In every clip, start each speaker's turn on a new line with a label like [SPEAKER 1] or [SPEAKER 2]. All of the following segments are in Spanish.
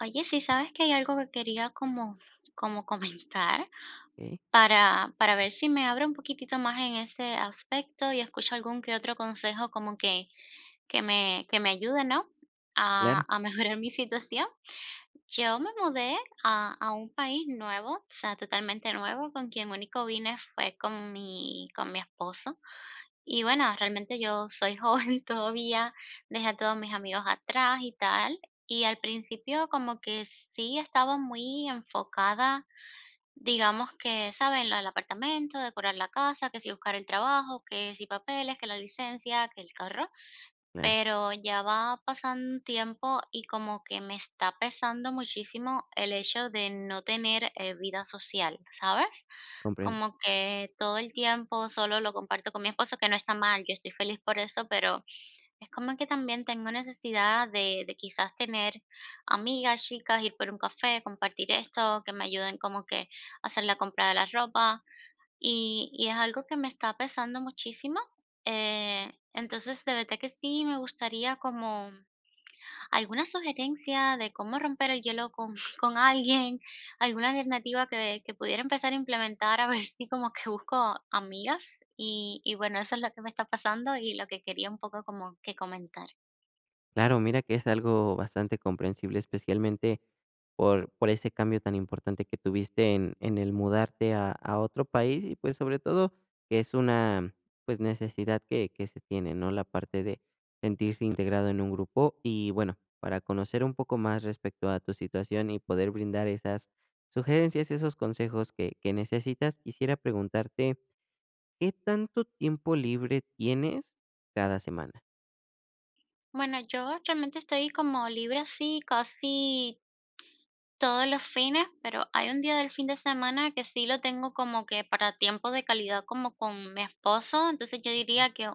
[SPEAKER 1] Oye, sí, sabes que hay algo que quería como comentar
[SPEAKER 2] Okey,
[SPEAKER 1] para ver si me abro un poquitito más en ese aspecto y escucho algún que otro consejo que me ayude, ¿no? A,
[SPEAKER 2] claro,
[SPEAKER 1] a mejorar mi situación. Yo me mudé a un país nuevo, o sea, totalmente nuevo, con quien único vine fue con mi esposo. Y bueno, realmente yo soy joven todavía, dejé a todos mis amigos atrás y tal. Y al principio como que sí estaba muy enfocada, digamos que, ¿saben? Lo del apartamento, decorar la casa, que si buscar el trabajo, que si papeles, que la licencia, que el carro.
[SPEAKER 2] claro,
[SPEAKER 1] Pero ya va pasando un tiempo y como que me está pesando muchísimo el hecho de no tener vida social, ¿sabes?
[SPEAKER 2] comprendo.
[SPEAKER 1] Como que todo el tiempo solo lo comparto con mi esposo, que no está mal, yo estoy feliz por eso, pero es como que también tengo necesidad de quizás tener amigas, chicas, ir por un café, compartir esto, que me ayuden como que a hacer la compra de la ropa y es algo que me está pesando muchísimo. Entonces, de verdad que sí me gustaría como alguna sugerencia de cómo romper el hielo con con alguien, alguna alternativa que pudiera empezar a implementar, a ver si como que busco amigas. Y bueno, eso es lo que me está pasando y lo que quería un poco como que comentar.
[SPEAKER 2] Claro, mira que es algo bastante comprensible, especialmente por ese cambio tan importante que tuviste en el mudarte a otro país y, pues, sobre todo, que es una, pues, necesidad que se tiene, ¿no? La parte de sentirse integrado en un grupo. Y, bueno, para conocer un poco más respecto a tu situación y poder brindar esas sugerencias, esos consejos que necesitas, quisiera preguntarte, ¿qué tanto tiempo libre tienes cada semana?
[SPEAKER 1] Bueno, yo realmente estoy como libre así casi todos los fines, pero hay un día del fin de semana que sí lo tengo como que para tiempo de calidad como con mi esposo, entonces yo diría que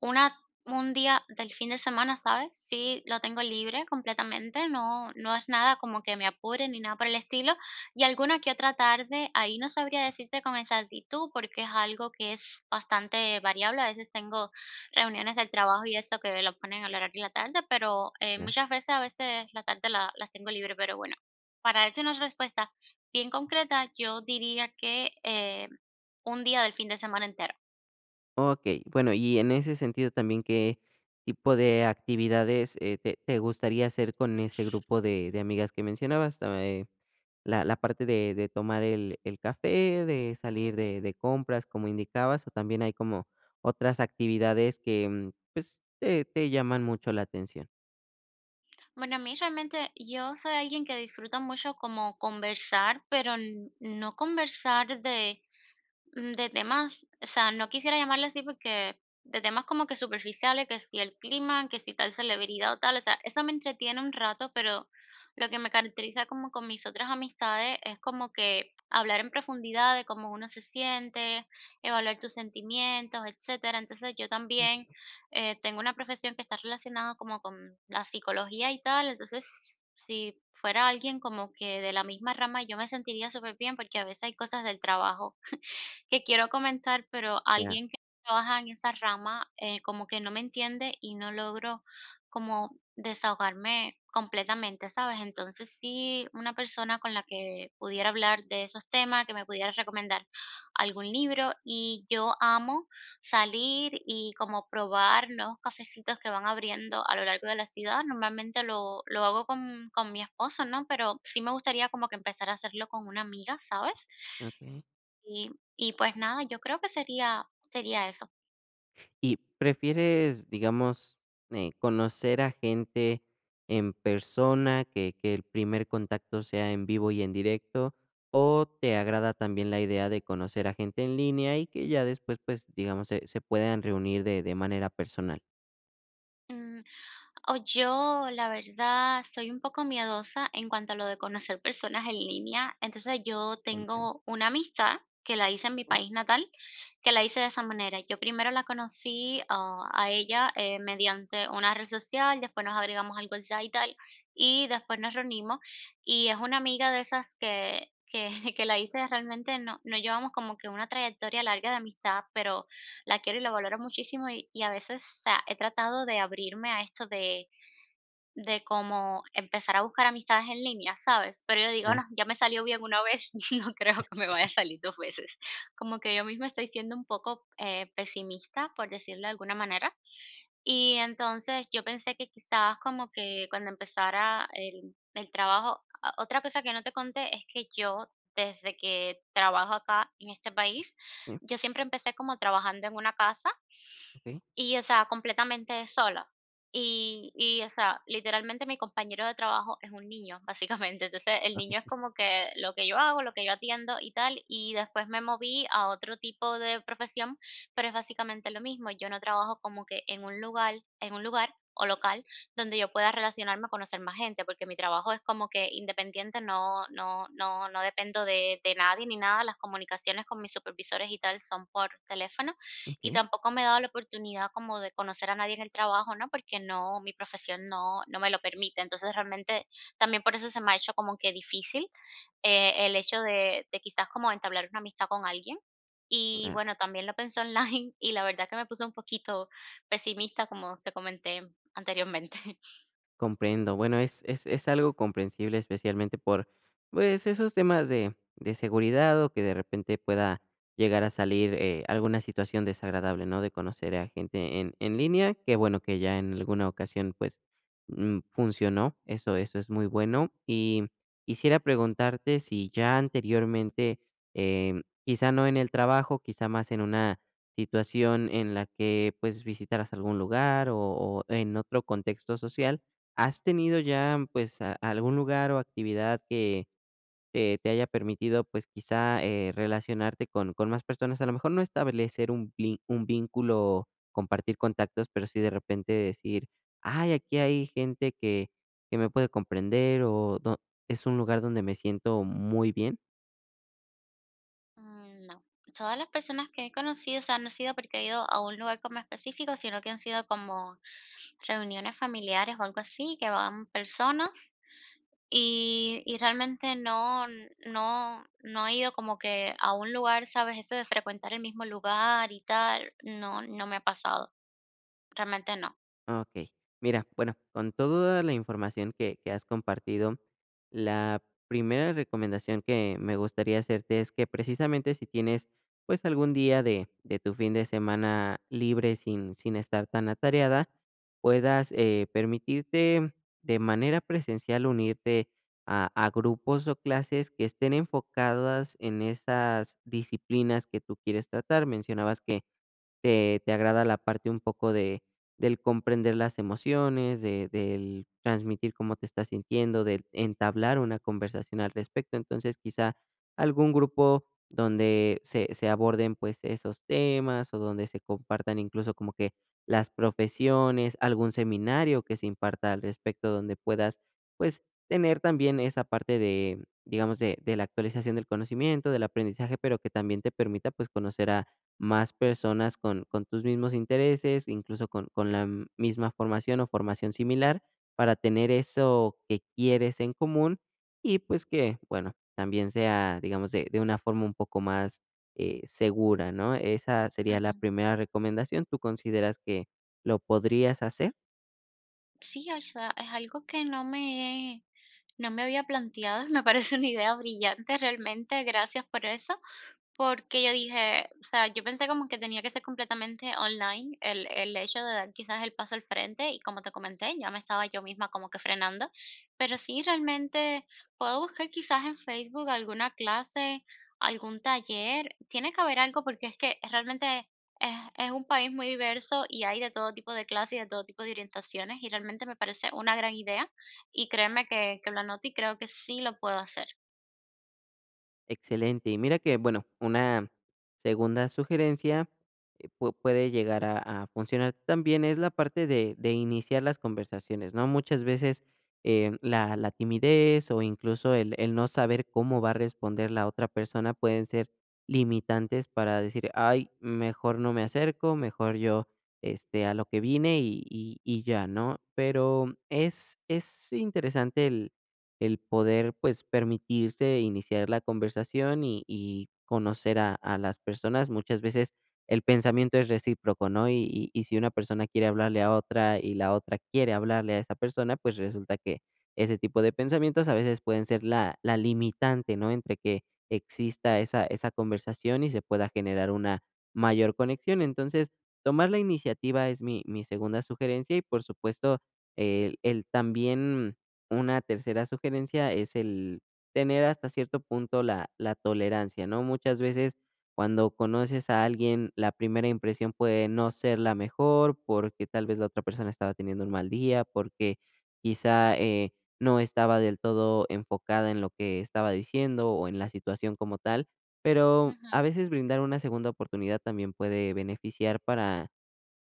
[SPEAKER 1] una un día del fin de semana, ¿sabes? Sí, lo tengo libre completamente, no es nada como que me apure ni nada por el estilo, y alguna que otra tarde, ahí no sabría decirte con exactitud, porque es algo que es bastante variable, a veces tengo reuniones del trabajo y eso que lo ponen al horario de la tarde, pero,
[SPEAKER 2] Ah,
[SPEAKER 1] muchas veces, a veces la tarde la las tengo libre, pero bueno, para darte una respuesta bien concreta, yo diría que, un día del fin de semana entero.
[SPEAKER 2] okey. Bueno, y en ese sentido también, ¿qué tipo de actividades, te te gustaría hacer con ese grupo de amigas que mencionabas? Ta la la parte de tomar el café, de salir de compras, como indicabas, o también hay como otras actividades que, pues, te te llaman mucho la atención.
[SPEAKER 1] Bueno, a mí realmente yo soy alguien que disfruta mucho como conversar, pero no conversar de temas, o sea, no quisiera llamarle así porque de temas como que superficiales, que si el clima, que si tal celebridad o tal, o sea, eso me entretiene un rato, pero lo que me caracteriza como con mis otras amistades es como que hablar en profundidad de cómo uno se siente, evaluar tus sentimientos, etcétera. Entonces yo también tengo una profesión que está relacionada como con la psicología y tal, entonces si fuera alguien como que de la misma rama, yo me sentiría súper bien porque a veces hay cosas del trabajo que quiero comentar, pero
[SPEAKER 2] Claro.
[SPEAKER 1] alguien que trabaja en esa rama, como que no me entiende y no logro como desahogarme completamente, ¿sabes? Entonces sí, una persona con la que pudiera hablar de esos temas, que me pudiera recomendar algún libro y yo amo salir y como probar nuevos cafecitos que van abriendo a lo largo de la ciudad. Normalmente lo hago con mi esposo, ¿no? Pero sí me gustaría como que empezar a hacerlo con una amiga, ¿sabes?
[SPEAKER 2] Okey.
[SPEAKER 1] Y, y pues nada, yo creo que sería eso.
[SPEAKER 2] ¿Y prefieres, digamos, conocer a gente en persona, que el primer contacto sea en vivo y en directo, o te agrada también la idea de conocer a gente en línea y que ya después, pues, digamos, se puedan reunir de manera personal?
[SPEAKER 1] Mm, o yo, la verdad, soy un poco miedosa en cuanto a lo de conocer personas en línea. Entonces yo
[SPEAKER 2] Comprendo.
[SPEAKER 1] tengo una amistad que la hice en mi país natal, que la hice de esa manera. Yo primero la conocí a ella mediante una red social, después nos agregamos al WhatsApp y tal, y después nos reunimos. Y es una amiga de esas que la hice realmente, no, no llevamos como que una trayectoria larga de amistad, pero la quiero y la valoro muchísimo y a veces o sea, he tratado de abrirme a esto de cómo empezar a buscar amistades en línea, ¿sabes? Pero yo digo,
[SPEAKER 2] Ah,
[SPEAKER 1] no, ya me salió bien una vez, no creo que me vaya a salir dos veces. Como que yo misma estoy siendo un poco pesimista, por decirlo de alguna manera. Y entonces yo pensé que quizás como que cuando empezara el trabajo, otra cosa que no te conté es que yo desde que trabajo acá en este país,
[SPEAKER 2] sí,
[SPEAKER 1] yo siempre empecé como trabajando en una casa
[SPEAKER 2] okey,
[SPEAKER 1] y, o sea, completamente sola. O sea, literalmente mi compañero de trabajo es un niño, básicamente. Entonces, el niño es como que lo que yo hago, lo que yo atiendo y tal, y después me moví a otro tipo de profesión, pero es básicamente lo mismo. Yo no trabajo como que en un lugar o local donde yo pueda relacionarme, conocer más gente, porque mi trabajo es como que independiente, no dependo de nadie ni nada. Las comunicaciones con mis supervisores y tal son por teléfono y
[SPEAKER 2] okey.
[SPEAKER 1] tampoco me he dado la oportunidad como de conocer a nadie en el trabajo, ¿no? Porque mi profesión no me lo permite. Entonces realmente también por eso se me ha hecho como que difícil el hecho de quizás como entablar una amistad con alguien. Y bueno, también lo pensé online y la verdad que me puse un poquito pesimista, como te comenté anteriormente.
[SPEAKER 2] Comprendo. Bueno, es algo comprensible, especialmente por, pues, esos temas de seguridad, o que de repente pueda llegar a salir, alguna situación desagradable, ¿no?, de conocer a gente en línea. Que bueno que ya en alguna ocasión, pues, funcionó. Eso eso es muy bueno. Y quisiera preguntarte si ya anteriormente, quizá no en el trabajo, quizá más en una situación en la que, pues, visitaras algún lugar, o en otro contexto social, ¿has tenido ya, pues, a algún lugar o actividad que te te haya permitido, pues, quizá, relacionarte con más personas? A lo mejor no establecer un blin un vínculo, compartir contactos, pero sí de repente decir: "Ay, aquí hay gente que me puede comprender", o do ¿es un lugar donde me siento muy bien?
[SPEAKER 1] Mm, no, todas las personas que he conocido, o sea, no ha sido porque he ido a un lugar como específico, sino que han sido como reuniones familiares o algo así, que van personas. Y realmente no he ido como que a un lugar, ¿sabes? Eso de frecuentar el mismo lugar y tal, no me ha pasado, realmente no.
[SPEAKER 2] Ok, mira, bueno, con toda la información que has compartido, la primera recomendación que me gustaría hacerte es que precisamente si tienes, pues, algún día de tu fin de semana libre sin estar tan atareada, puedas, permitirte de manera presencial unirte a grupos o clases que estén enfocadas en esas disciplinas que tú quieres tratar. Mencionabas que te te agrada la parte un poco de del comprender las emociones, de del transmitir cómo te estás sintiendo, del entablar una conversación al respecto. Entonces, quizá algún grupo donde se aborden, pues, esos temas o donde se compartan incluso como que las profesiones, algún seminario que se imparta al respecto, donde puedas, pues, tener también esa parte de, digamos, de la actualización del conocimiento, del aprendizaje, pero que también te permita, pues, conocer a más personas con tus mismos intereses, incluso con la misma formación o formación similar, para tener eso que quieres en común y, pues, que, bueno, también sea, digamos, de una forma un poco más, segura, ¿no? Esa sería la
[SPEAKER 1] Ujú.
[SPEAKER 2] primera recomendación, ¿tú consideras que lo podrías hacer?
[SPEAKER 1] Sí, o sea, es algo que no me había planteado, me parece una idea brillante realmente, gracias por eso. Porque yo dije, o sea, yo pensé como que tenía que ser completamente online el hecho de dar quizás el paso al frente y como te comenté, ya me estaba yo misma como que frenando, pero sí realmente puedo buscar quizás en Facebook alguna clase, algún taller, tiene que haber algo porque es que realmente es, es un país muy diverso y hay de todo tipo de clases y de todo tipo de orientaciones y realmente me parece una gran idea y créeme que lo anoto y creo que sí lo puedo hacer.
[SPEAKER 2] Excelente. Y mira que, bueno, una segunda sugerencia puede llegar a funcionar también es la parte de iniciar las conversaciones, ¿no? Muchas veces la, la timidez o incluso el no saber cómo va a responder la otra persona pueden ser limitantes para decir, ay, mejor no me acerco, mejor yo este, a lo que vine y, y ya, ¿no? Pero es interesante el poder, pues, permitirse iniciar la conversación y conocer a las personas. Muchas veces el pensamiento es recíproco, ¿no? Y si una persona quiere hablarle a otra y la otra quiere hablarle a esa persona, pues, resulta que ese tipo de pensamientos a veces pueden ser la la limitante, ¿no? Entre que exista esa esa conversación y se pueda generar una mayor conexión. Entonces, tomar la iniciativa es mi segunda sugerencia y, por supuesto, el también una tercera sugerencia es el tener hasta cierto punto la la tolerancia, ¿no? Muchas veces cuando conoces a alguien, la primera impresión puede no ser la mejor, porque tal vez la otra persona estaba teniendo un mal día, porque quizá, no estaba del todo enfocada en lo que estaba diciendo o en la situación como tal, pero a veces brindar una segunda oportunidad también puede beneficiar para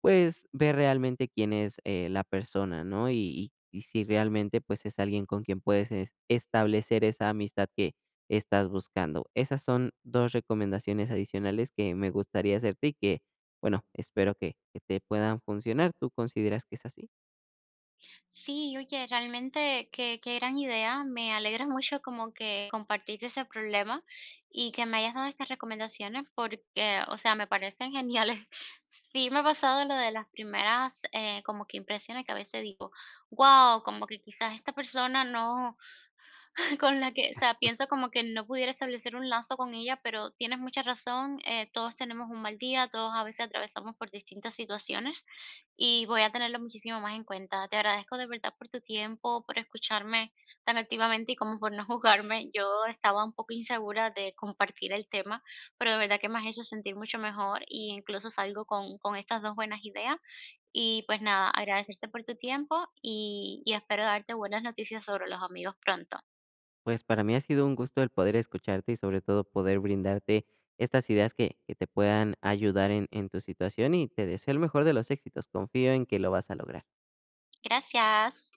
[SPEAKER 2] pues, ver realmente quién es, la persona, ¿no? Y si realmente, pues, es alguien con quien puedes es establecer esa amistad que estás buscando. Esas son 2 recomendaciones adicionales que me gustaría hacerte y que, bueno, espero que te puedan funcionar. ¿Tú consideras que es así?
[SPEAKER 1] Sí, oye, realmente qué gran idea. Me alegra mucho como que compartiste ese problema y que me hayas dado estas recomendaciones porque, o sea, me parecen geniales. Sí, me ha pasado lo de las primeras como que impresiones que a veces digo, wow, como que quizás esta persona no con la que, o sea, pienso como que no pudiera establecer un lazo con ella, pero tienes mucha razón, todos tenemos un mal día, todos a veces atravesamos por distintas situaciones y voy a tenerlo muchísimo más en cuenta. Te agradezco de verdad por tu tiempo, por escucharme tan activamente y como por no juzgarme. Yo estaba un poco insegura de compartir el tema, pero de verdad que me has hecho sentir mucho mejor y incluso salgo con estas dos buenas ideas. Y pues nada, agradecerte por tu tiempo y espero darte buenas noticias sobre los amigos pronto.
[SPEAKER 2] Pues, para mí ha sido un gusto el poder escucharte y, sobre todo, poder brindarte estas ideas que te puedan ayudar en tu situación, y te deseo el mejor de los éxitos. Confío en que lo vas a lograr.
[SPEAKER 1] Gracias.